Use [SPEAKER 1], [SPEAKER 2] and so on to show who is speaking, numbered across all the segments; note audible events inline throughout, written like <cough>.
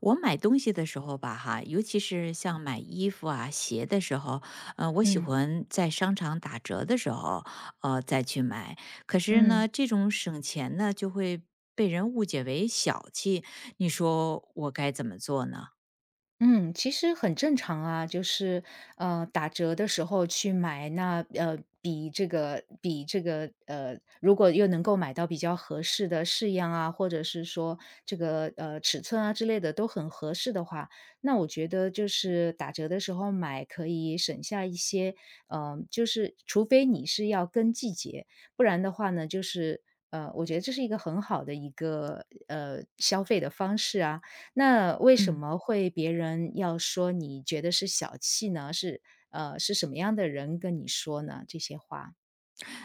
[SPEAKER 1] 我买东西的时候吧，哈，尤其是像买衣服啊、鞋的时候，我喜
[SPEAKER 2] 嗯
[SPEAKER 1] 欢在商场打折的时候，再去买。可是
[SPEAKER 2] 嗯
[SPEAKER 1] 呢，这种省钱呢，就会被人误解为小气。你说我该怎么做呢？
[SPEAKER 2] 嗯，其实很正常啊，就是打折的时候去买，那比这个如果又能够买到比较合适的式样啊，或者是说这个尺寸啊之类的都很合适的话，那我觉得就是打折的时候买可以省下一些，就是除非你是要跟季节，不然的话呢，就是。我觉得这是一个很好的一个消费的方式啊，那为什
[SPEAKER 1] 嗯。
[SPEAKER 2] 么会别人要说你觉得是小气呢？是是什么样的人跟你说呢？这些话？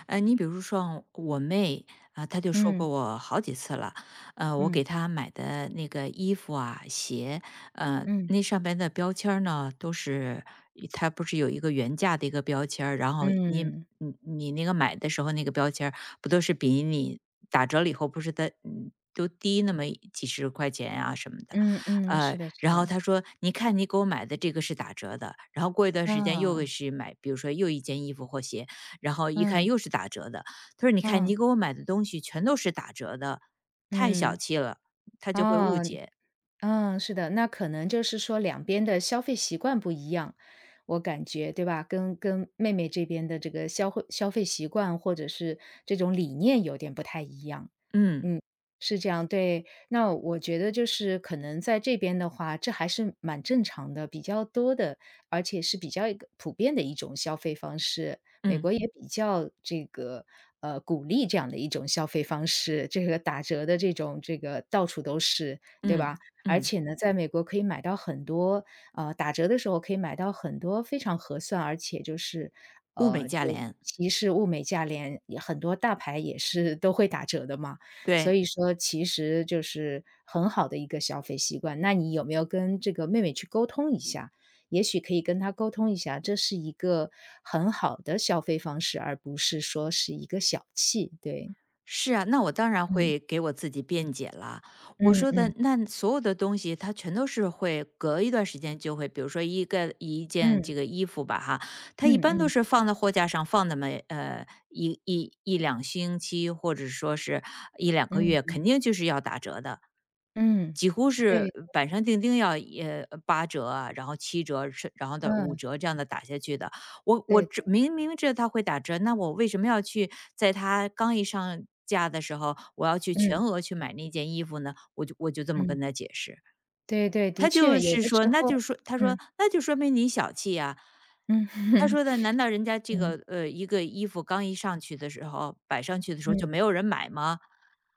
[SPEAKER 1] 你比如说我妹啊，她就说过
[SPEAKER 2] 嗯，
[SPEAKER 1] 我好几次了，我
[SPEAKER 2] 嗯，
[SPEAKER 1] 给她买的那个衣服啊、鞋，
[SPEAKER 2] 嗯，
[SPEAKER 1] 那上边的标签儿呢，都是它不是有一个原价的一个标签儿然后你
[SPEAKER 2] 嗯，
[SPEAKER 1] 你你那个买的时候那个标签儿不都是比你打折了以后不是的，都低那么几十块钱啊什么的，
[SPEAKER 2] 嗯嗯，是的是
[SPEAKER 1] 然后
[SPEAKER 2] 的，
[SPEAKER 1] 她说：“你看，你给我买的这个是打折的。”然后过一段时间又
[SPEAKER 2] 啊，
[SPEAKER 1] 是买，比如说又一件衣服或鞋，然后一看
[SPEAKER 2] 嗯，
[SPEAKER 1] 又是打折的，他说：“你看
[SPEAKER 2] 啊，
[SPEAKER 1] 你给我买的东西全都是打折的，太小
[SPEAKER 2] 嗯，
[SPEAKER 1] 气了。”他就会误
[SPEAKER 2] 哦。
[SPEAKER 1] 解。
[SPEAKER 2] 嗯，是的，那可能就是说两边的消费习惯不一样，我感觉，对吧？跟妹妹这边的这个消费习惯或者是这种理念有点不太一样。
[SPEAKER 1] 嗯，
[SPEAKER 2] 嗯，是这样，对。那我觉得就是可能在这边的话，这还是蛮正常的，比较多的，而且是比较一个普遍的一种消费方式。美
[SPEAKER 1] 嗯，
[SPEAKER 2] 国也比较这个鼓励这样的一种消费方式，这个打折的这种这个到处都是，对
[SPEAKER 1] 嗯，
[SPEAKER 2] 吧？而
[SPEAKER 1] 嗯，
[SPEAKER 2] 且呢，在美国可以买到很多打折的时候可以买到很多非常合算，而且就是，
[SPEAKER 1] 物美
[SPEAKER 2] 呃，
[SPEAKER 1] 价
[SPEAKER 2] 就
[SPEAKER 1] 廉，
[SPEAKER 2] 其实物美价廉，也很多大牌也是 <laughs> 都会打折的嘛。所
[SPEAKER 1] 对。
[SPEAKER 2] 以说其实就是很好的一个消费习惯。那你有没有跟这个妹妹去沟通一下？也许可以跟她沟通一下，这是一个很好的消费方式，而不是说是一个小气，对。
[SPEAKER 1] 是啊，那我当然
[SPEAKER 2] 嗯，
[SPEAKER 1] 会给我自己辩解了。我
[SPEAKER 2] 嗯
[SPEAKER 1] 说的
[SPEAKER 2] 嗯，
[SPEAKER 1] 那所有的东西，它全都是会隔一段时间就会，比如说一件这
[SPEAKER 2] 嗯，
[SPEAKER 1] 个衣服吧，哈，它一
[SPEAKER 2] 嗯
[SPEAKER 1] 般都
[SPEAKER 2] 嗯，
[SPEAKER 1] 是放在货架上放那么一两星期，或者说是一两个月，
[SPEAKER 2] 嗯，
[SPEAKER 1] 肯定就是要打折的，
[SPEAKER 2] 嗯。
[SPEAKER 1] 几乎是
[SPEAKER 2] 对。
[SPEAKER 1] 板上钉钉要八折啊然后七折，是然后的五
[SPEAKER 2] 嗯，
[SPEAKER 1] 折这样的打下去的。我我
[SPEAKER 2] 对的，
[SPEAKER 1] 知明明知道它会打折，那我为什么要去在他刚一上架的时候，我要去全
[SPEAKER 2] 嗯，
[SPEAKER 1] 额去买那件衣服呢？我就这么
[SPEAKER 2] 嗯，
[SPEAKER 1] 跟他解释，
[SPEAKER 2] 对对，的
[SPEAKER 1] 他
[SPEAKER 2] 确，
[SPEAKER 1] 就
[SPEAKER 2] 有
[SPEAKER 1] 是
[SPEAKER 2] 的
[SPEAKER 1] 说，
[SPEAKER 2] 时
[SPEAKER 1] 那就
[SPEAKER 2] 候
[SPEAKER 1] 是说他说
[SPEAKER 2] 嗯，
[SPEAKER 1] 那就说明你小气呀、
[SPEAKER 2] 嗯
[SPEAKER 1] 他说的，难道人家
[SPEAKER 2] <laughs>，
[SPEAKER 1] 这
[SPEAKER 2] 嗯，
[SPEAKER 1] 个一个衣服刚一上去的时候摆上去的时候
[SPEAKER 2] 嗯。
[SPEAKER 1] 就没有人买吗？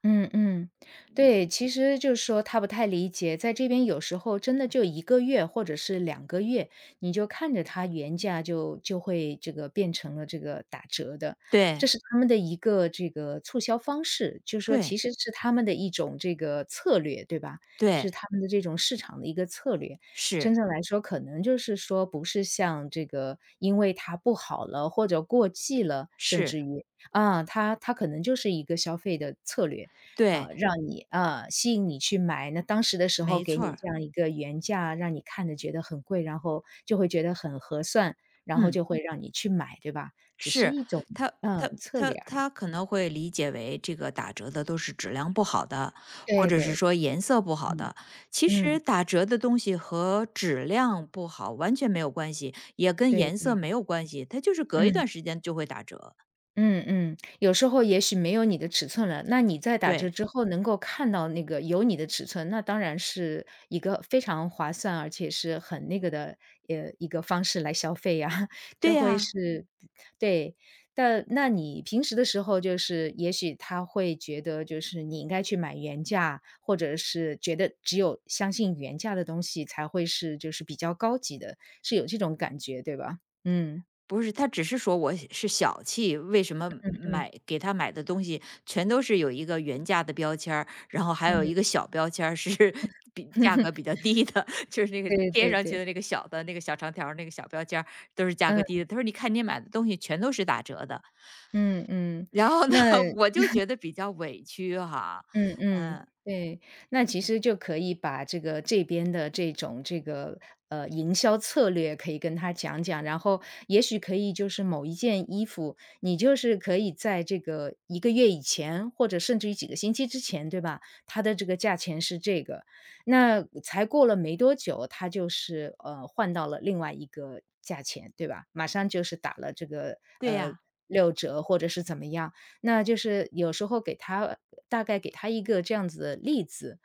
[SPEAKER 2] 嗯嗯，对，其实就是说他不太理解，在这边有时候真的就一个月或者是两个月，你就看着它原价就会这个变成了这个打折的，这
[SPEAKER 1] 对
[SPEAKER 2] 是他们的一个这个促销方式，就是说其
[SPEAKER 1] 对
[SPEAKER 2] 实是他们的一种这个策略，对吧？是
[SPEAKER 1] 对，
[SPEAKER 2] 他们的这种市场的一个策略。
[SPEAKER 1] 是
[SPEAKER 2] 真正来说，可能就是说不是像这个因为它不好了或者过季了，甚
[SPEAKER 1] 是，
[SPEAKER 2] 至于啊，它可能就是一个消费的策略。
[SPEAKER 1] 对，
[SPEAKER 2] 让你啊，吸引你去买。那当时的时候
[SPEAKER 1] 没
[SPEAKER 2] 给
[SPEAKER 1] 错
[SPEAKER 2] 你
[SPEAKER 1] 儿
[SPEAKER 2] 这样一个原价，让你看着觉得很贵，然后就会觉得很合算，然后
[SPEAKER 1] 嗯。
[SPEAKER 2] 就会让你去买，对吧？只是
[SPEAKER 1] 是，
[SPEAKER 2] 一种，
[SPEAKER 1] 他
[SPEAKER 2] 嗯，
[SPEAKER 1] 他
[SPEAKER 2] 策
[SPEAKER 1] 他
[SPEAKER 2] 略而已。
[SPEAKER 1] 他可能会理解为这个打折的都是质量不好的，或
[SPEAKER 2] 对
[SPEAKER 1] 者是
[SPEAKER 2] 对，
[SPEAKER 1] 说颜色不好
[SPEAKER 2] 嗯，
[SPEAKER 1] 的。其实
[SPEAKER 2] 嗯，
[SPEAKER 1] 打折的东西和质量不好完全没有关系，也跟
[SPEAKER 2] 对
[SPEAKER 1] 颜色
[SPEAKER 2] 对，
[SPEAKER 1] 没有关系，它就是隔一
[SPEAKER 2] 嗯。
[SPEAKER 1] 段时间就会打折。
[SPEAKER 2] 嗯嗯，有时候也许没有你的尺寸了，那你在打折
[SPEAKER 1] 对，
[SPEAKER 2] 之后能够看到那个有你的尺寸，那当然是一个非常划算，而且是很那个的，一个方式来消费呀。<laughs>
[SPEAKER 1] 对
[SPEAKER 2] 这会
[SPEAKER 1] 呀、
[SPEAKER 2] 是对，但那你平时的时候，就是也许他会觉得，就是你应该去买原价，或者是觉得只有相信原价的东西才会是就是比较高级的，是有这种感觉，对吧？嗯
[SPEAKER 1] 不是，他只是说我是小气，为什么
[SPEAKER 2] 嗯
[SPEAKER 1] 给他买的东西全都是有一个原价的标签儿然后还
[SPEAKER 2] 嗯，
[SPEAKER 1] 有一个小标签儿是 <laughs> 比价格比较
[SPEAKER 2] <laughs>
[SPEAKER 1] 低的，就是那个
[SPEAKER 2] 对
[SPEAKER 1] 贴
[SPEAKER 2] 对
[SPEAKER 1] 上去
[SPEAKER 2] 对。
[SPEAKER 1] 的那个小的那个小长条儿那个小标签儿都是价格低
[SPEAKER 2] 嗯
[SPEAKER 1] 的。他说：“你看你买的东西全都是打折的。<laughs>”
[SPEAKER 2] 嗯嗯，
[SPEAKER 1] 然后呢，
[SPEAKER 2] 那
[SPEAKER 1] <laughs> 我就觉得比较委屈哈。
[SPEAKER 2] 嗯嗯，
[SPEAKER 1] 嗯，
[SPEAKER 2] 对，那其实就可以把这个这边的这种这个营销策略可以跟他讲讲，然后也许可以就是某一件衣服，你就是可以在这个一个月以前，或者甚至于几个星期之前，对吧？它的这个价钱是这个，那才过了没多久，它就是换到了另外一个价钱，对吧？马上就是打了这个
[SPEAKER 1] 对
[SPEAKER 2] 呃
[SPEAKER 1] 呀，
[SPEAKER 2] 六折或者是怎么样。那就是有时候给他大概给他一个这样子的例子，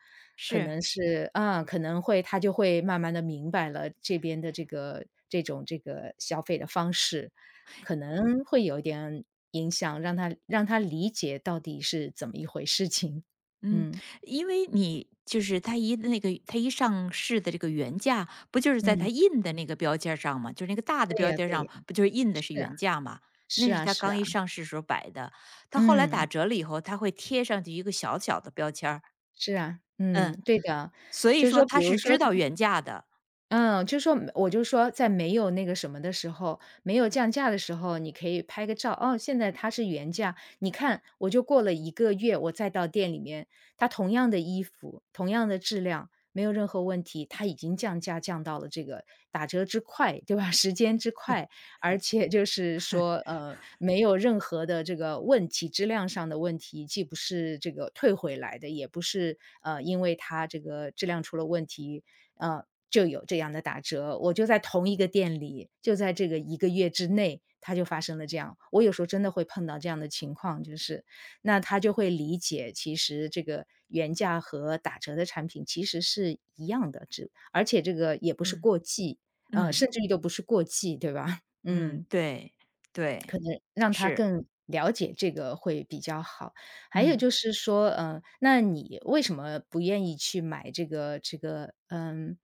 [SPEAKER 2] 可
[SPEAKER 1] 是。
[SPEAKER 2] 能是啊，可能会他就会慢慢的明白了这边的这个这种这个消费的方式，可能会有一点影响，让他理解到底是怎么一回事情。
[SPEAKER 1] 嗯，
[SPEAKER 2] 嗯，
[SPEAKER 1] 因为你就是那个它一上市的这个原价，不就是在它
[SPEAKER 2] 嗯，
[SPEAKER 1] 印的那个标签儿上吗？就是那个大的
[SPEAKER 2] 对
[SPEAKER 1] 标
[SPEAKER 2] 呀
[SPEAKER 1] 签儿
[SPEAKER 2] 对
[SPEAKER 1] 上，
[SPEAKER 2] 呀，
[SPEAKER 1] 不就是印的是
[SPEAKER 2] 是啊，
[SPEAKER 1] 原价吗？
[SPEAKER 2] 是
[SPEAKER 1] 那是
[SPEAKER 2] 啊
[SPEAKER 1] 它
[SPEAKER 2] 是
[SPEAKER 1] 刚
[SPEAKER 2] 啊，
[SPEAKER 1] 一上市时候摆的，它后来打
[SPEAKER 2] 嗯，
[SPEAKER 1] 折了以后，它会贴上去一个小小的标签儿，
[SPEAKER 2] 是啊，嗯，
[SPEAKER 1] 嗯，
[SPEAKER 2] 对的。
[SPEAKER 1] 所以
[SPEAKER 2] 就是
[SPEAKER 1] 说
[SPEAKER 2] 说比
[SPEAKER 1] 它
[SPEAKER 2] 如
[SPEAKER 1] 是
[SPEAKER 2] 说
[SPEAKER 1] 知
[SPEAKER 2] 他
[SPEAKER 1] 道原价的，
[SPEAKER 2] 嗯，就说我就说在没有那个什么的时候，没有降价的时候，你可以拍个照，哦，现在它是原价，你看，我就过了一个月，我再到店里面，它同样的衣服，同样的质量，没有任何问题，它已经降价降到了这个打折之快，对吧？<laughs> 时间之快，而且就是说，没有任何的这个问题，质量上的问题，既不是这个退回来的，也不是因为它这个质量出了问题，呃，就有这样的打折。我就在同一个店里，就在这个一个月之内，它就发生了这样。我有时候真的会碰到这样的情况，就是那他就会理解，其实这个原价和打折的产品其实是一样的，只而且这个也不是
[SPEAKER 1] 嗯
[SPEAKER 2] 过季，
[SPEAKER 1] 嗯
[SPEAKER 2] 甚至于都不是过季，对吧？<laughs>
[SPEAKER 1] 嗯，
[SPEAKER 2] 嗯。
[SPEAKER 1] 对对，
[SPEAKER 2] 让他
[SPEAKER 1] 是，
[SPEAKER 2] 更了解这个会比较好。还有
[SPEAKER 1] 嗯
[SPEAKER 2] 就是说，嗯，那你为什么不愿意去买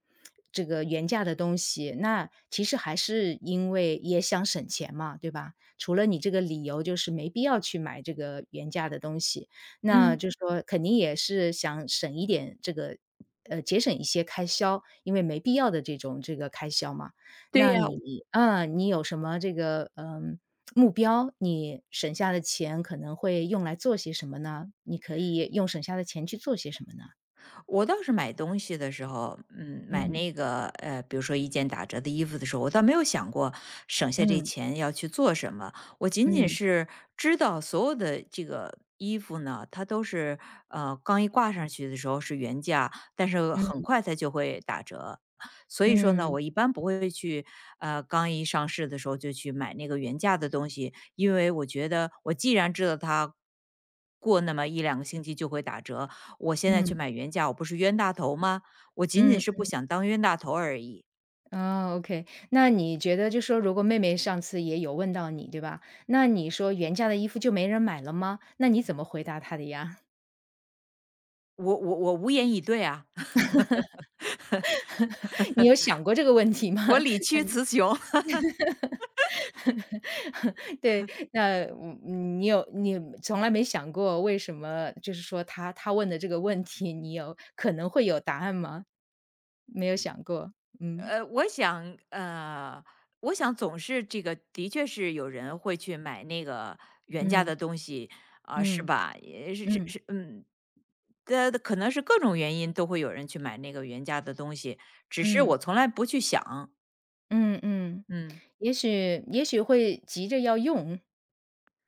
[SPEAKER 2] 这个原价的东西？那其实还是因为也想省钱嘛，对吧？除了你这个理由就是没必要去买这个原价的东西，那
[SPEAKER 1] 嗯，
[SPEAKER 2] 就说肯定也是想省一点这个。节省一些开销，因为没必要的这种这个开销嘛。
[SPEAKER 1] 对
[SPEAKER 2] 那
[SPEAKER 1] 呀，
[SPEAKER 2] 你，啊，你有什么这个，嗯、目标，你省下的钱可能会用来做些什么呢？你可以用省下的钱去做些什么呢？
[SPEAKER 1] 我倒是买东西的时候，买
[SPEAKER 2] 嗯
[SPEAKER 1] 那个比如说一件打折的衣服的时候，我倒没有想过省下这
[SPEAKER 2] 嗯
[SPEAKER 1] 钱要去做什么。我仅仅
[SPEAKER 2] 嗯
[SPEAKER 1] 是知道所有的这个衣服呢，它都是刚一挂上去的时候是原价，但是很
[SPEAKER 2] 嗯
[SPEAKER 1] 快它就会打折。所以说呢，
[SPEAKER 2] 嗯
[SPEAKER 1] 我一般不会去，刚一上市的时候就去买那个原价的东西，因为我觉得我既然知道它过那么一两个星期就会打折，我现在去
[SPEAKER 2] 嗯
[SPEAKER 1] 买原价，我不是冤大头吗？我仅仅
[SPEAKER 2] 嗯，
[SPEAKER 1] 是不
[SPEAKER 2] 嗯
[SPEAKER 1] 想当冤大头而已。
[SPEAKER 2] 哦，OK。那你觉得就说如果妹妹上次也有问到你，对吧？那你说原价的衣服就没人买了吗？那你怎么回答她的呀？
[SPEAKER 1] 我无言以对啊，<laughs>
[SPEAKER 2] <laughs> 你有想过这个问题吗？
[SPEAKER 1] 我理
[SPEAKER 2] <laughs>
[SPEAKER 1] 屈词穷。
[SPEAKER 2] 对，那嗯，你从来没想过为什么就是说他问的这个问题，你有可能会有答案吗？没有想过，
[SPEAKER 1] <laughs>
[SPEAKER 2] 嗯，
[SPEAKER 1] 呃，我想呃，我想总是这个，的确是有人会去买那个原价
[SPEAKER 2] 嗯，
[SPEAKER 1] 的东西啊、是
[SPEAKER 2] 嗯，
[SPEAKER 1] 吧？也是是
[SPEAKER 2] 嗯，
[SPEAKER 1] 是，嗯。的可能是各种原因都会有人去买那个原价的东西，只是
[SPEAKER 2] 嗯，
[SPEAKER 1] 我从来不去想，
[SPEAKER 2] 嗯，嗯，
[SPEAKER 1] 嗯。
[SPEAKER 2] 也许会急着要用，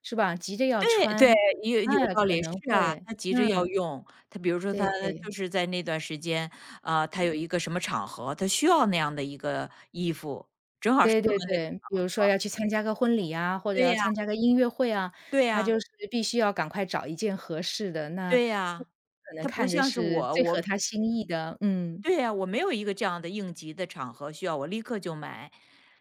[SPEAKER 2] 是吧？急着要
[SPEAKER 1] 对
[SPEAKER 2] 穿，
[SPEAKER 1] 对，有
[SPEAKER 2] 哎，
[SPEAKER 1] 道
[SPEAKER 2] 可
[SPEAKER 1] 理，
[SPEAKER 2] 能
[SPEAKER 1] 是啊，
[SPEAKER 2] 会，
[SPEAKER 1] 他急着要
[SPEAKER 2] 嗯，
[SPEAKER 1] 用。比如说他
[SPEAKER 2] 对对。
[SPEAKER 1] 就是在那段时间，啊，他有一个什么场合，他需要那样的一个衣服，正好适
[SPEAKER 2] 对
[SPEAKER 1] 合
[SPEAKER 2] 对
[SPEAKER 1] 那个
[SPEAKER 2] 对，比如说要去参加个婚礼啊，或者
[SPEAKER 1] 对
[SPEAKER 2] 要
[SPEAKER 1] 呀，
[SPEAKER 2] 参加个音乐会啊，
[SPEAKER 1] 对
[SPEAKER 2] 他
[SPEAKER 1] 呀，
[SPEAKER 2] 就是必须要赶快找一件合适的，那
[SPEAKER 1] 对呀。
[SPEAKER 2] 可能
[SPEAKER 1] 他不
[SPEAKER 2] 看着
[SPEAKER 1] 像是
[SPEAKER 2] 是
[SPEAKER 1] 我，
[SPEAKER 2] 最合
[SPEAKER 1] 我
[SPEAKER 2] 他心意的。嗯，
[SPEAKER 1] 对呀，我没有一个这样的应急的场合需要我立刻就买。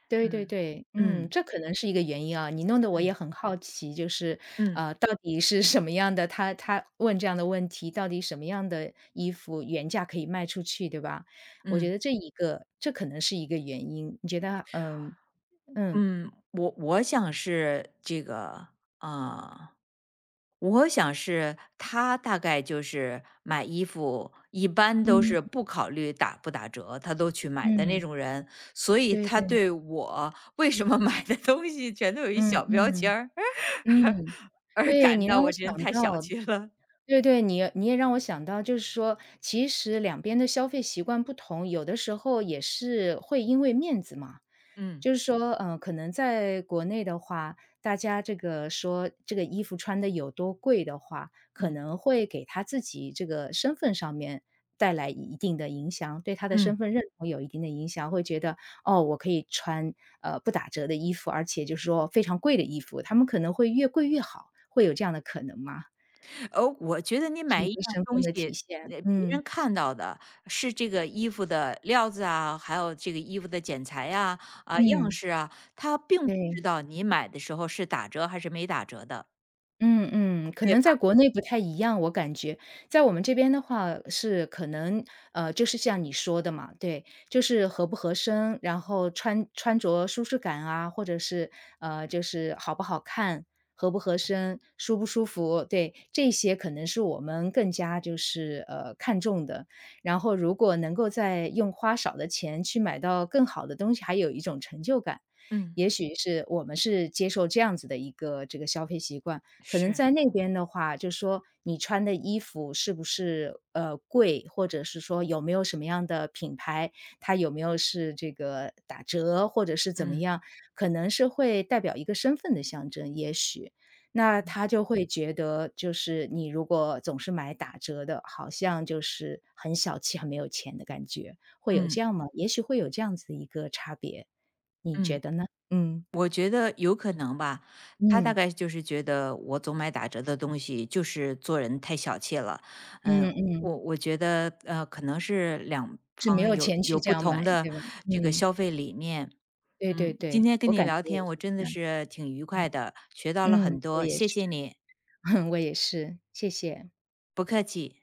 [SPEAKER 2] 对对
[SPEAKER 1] 嗯，
[SPEAKER 2] 对，嗯，
[SPEAKER 1] 嗯，
[SPEAKER 2] 这可能是一个原因啊。你弄得我也
[SPEAKER 1] 嗯，
[SPEAKER 2] 很好奇，就是，
[SPEAKER 1] 嗯，
[SPEAKER 2] 到底是什么样的他问这样的问题，到底什么样的衣服原价可以卖出去，对吧？我觉
[SPEAKER 1] 嗯，
[SPEAKER 2] 得这一个这可能是一个原因，你觉得嗯嗯
[SPEAKER 1] 嗯，我想是这个，啊呃我想是他大概就是买衣服，一般都
[SPEAKER 2] 嗯
[SPEAKER 1] 是不考虑打不打折，他都去买的那
[SPEAKER 2] 嗯，
[SPEAKER 1] 种人，所以
[SPEAKER 2] 对
[SPEAKER 1] 他
[SPEAKER 2] 对，
[SPEAKER 1] 对我为什么买的东西全都有一
[SPEAKER 2] 嗯
[SPEAKER 1] 小标签
[SPEAKER 2] 嗯。
[SPEAKER 1] 儿，
[SPEAKER 2] 嗯，
[SPEAKER 1] <laughs> 而
[SPEAKER 2] 对，
[SPEAKER 1] 感
[SPEAKER 2] 你
[SPEAKER 1] 到
[SPEAKER 2] 让我
[SPEAKER 1] 我这人
[SPEAKER 2] 想
[SPEAKER 1] 太小
[SPEAKER 2] 到，
[SPEAKER 1] 气了。
[SPEAKER 2] 对对，你也让我想到，就是说，其实两边的消费习惯不同，有的时候也是会因为面子嘛。
[SPEAKER 1] 嗯
[SPEAKER 2] 就是说，嗯，可能在国内的话，大家这个说这个衣服穿的有多贵的话，可
[SPEAKER 1] 嗯
[SPEAKER 2] 能会给他自己这个身份上面带来一定的影响，对他的身
[SPEAKER 1] 嗯。
[SPEAKER 2] 份认同有一定的影响，会觉得哦，我可以穿不打折的衣服，而且就是说非常贵的衣服，他们可能会越贵越好，会有这样的可能吗？
[SPEAKER 1] 哦，我觉得你
[SPEAKER 2] 是
[SPEAKER 1] 买
[SPEAKER 2] 一
[SPEAKER 1] 一
[SPEAKER 2] 个
[SPEAKER 1] 样
[SPEAKER 2] 身份
[SPEAKER 1] 东
[SPEAKER 2] 的体
[SPEAKER 1] 西，
[SPEAKER 2] 现，
[SPEAKER 1] 别
[SPEAKER 2] 嗯，
[SPEAKER 1] 人看到的是这个衣服的料子啊，还有这个衣服的剪裁呀、啊、样
[SPEAKER 2] 嗯，
[SPEAKER 1] 式啊，他并不
[SPEAKER 2] 对。
[SPEAKER 1] 知道你买的时候是打折还是没打折的，
[SPEAKER 2] 嗯嗯，可
[SPEAKER 1] 对
[SPEAKER 2] 能
[SPEAKER 1] 吧？
[SPEAKER 2] 在国内不太一样，我感觉。在我们这边的话是可能，就是像你说的嘛，对，就是合不合身，然后穿着舒适感啊，或者是，就是好不好看，合不合身，舒不舒服，对，这些可能是我们更加就是，看重的。然后如果能够再用花少的钱去买到更好的东西，还有一种成就感。
[SPEAKER 1] 嗯，
[SPEAKER 2] 也许是我们是接受这样子的一个这个消费习惯。可能
[SPEAKER 1] 是，
[SPEAKER 2] 在那边的话，就说你穿的衣服是不是，贵，或者是说有没有什么样的品牌，它有没有是这个打折或者是怎么
[SPEAKER 1] 嗯
[SPEAKER 2] 样，可能是会代表一个身份的象征，也许。那
[SPEAKER 1] 嗯
[SPEAKER 2] 他就会觉得，就是你如果总是买打折的，好像就是很小气、很没有钱的感觉，会有
[SPEAKER 1] 嗯
[SPEAKER 2] 这样吗？也许会有这样子的一个差别，你觉
[SPEAKER 1] 嗯，
[SPEAKER 2] 得呢？嗯，
[SPEAKER 1] 我觉得有可能吧。他大
[SPEAKER 2] 嗯，
[SPEAKER 1] 概就是觉得我总买打折的东西，就是做人太小气了。
[SPEAKER 2] 嗯
[SPEAKER 1] 嗯、
[SPEAKER 2] 嗯。
[SPEAKER 1] 我觉得可能是两
[SPEAKER 2] 是没
[SPEAKER 1] 方
[SPEAKER 2] 有
[SPEAKER 1] 有
[SPEAKER 2] 钱去
[SPEAKER 1] 有
[SPEAKER 2] 这
[SPEAKER 1] 不
[SPEAKER 2] 样买，
[SPEAKER 1] 同的
[SPEAKER 2] 对吧？
[SPEAKER 1] 这个
[SPEAKER 2] 嗯，
[SPEAKER 1] 消费理念。
[SPEAKER 2] 对对
[SPEAKER 1] 嗯，今
[SPEAKER 2] 对，
[SPEAKER 1] 天跟
[SPEAKER 2] 我
[SPEAKER 1] 你
[SPEAKER 2] 感
[SPEAKER 1] 聊
[SPEAKER 2] 觉也
[SPEAKER 1] 天，
[SPEAKER 2] 是
[SPEAKER 1] 我真
[SPEAKER 2] 这
[SPEAKER 1] 的
[SPEAKER 2] 样。
[SPEAKER 1] 是挺愉快的，学到了很
[SPEAKER 2] 嗯，我
[SPEAKER 1] 多，
[SPEAKER 2] 也
[SPEAKER 1] 谢
[SPEAKER 2] 是，
[SPEAKER 1] 谢你，
[SPEAKER 2] <laughs> 我也是，谢谢。
[SPEAKER 1] 不客气。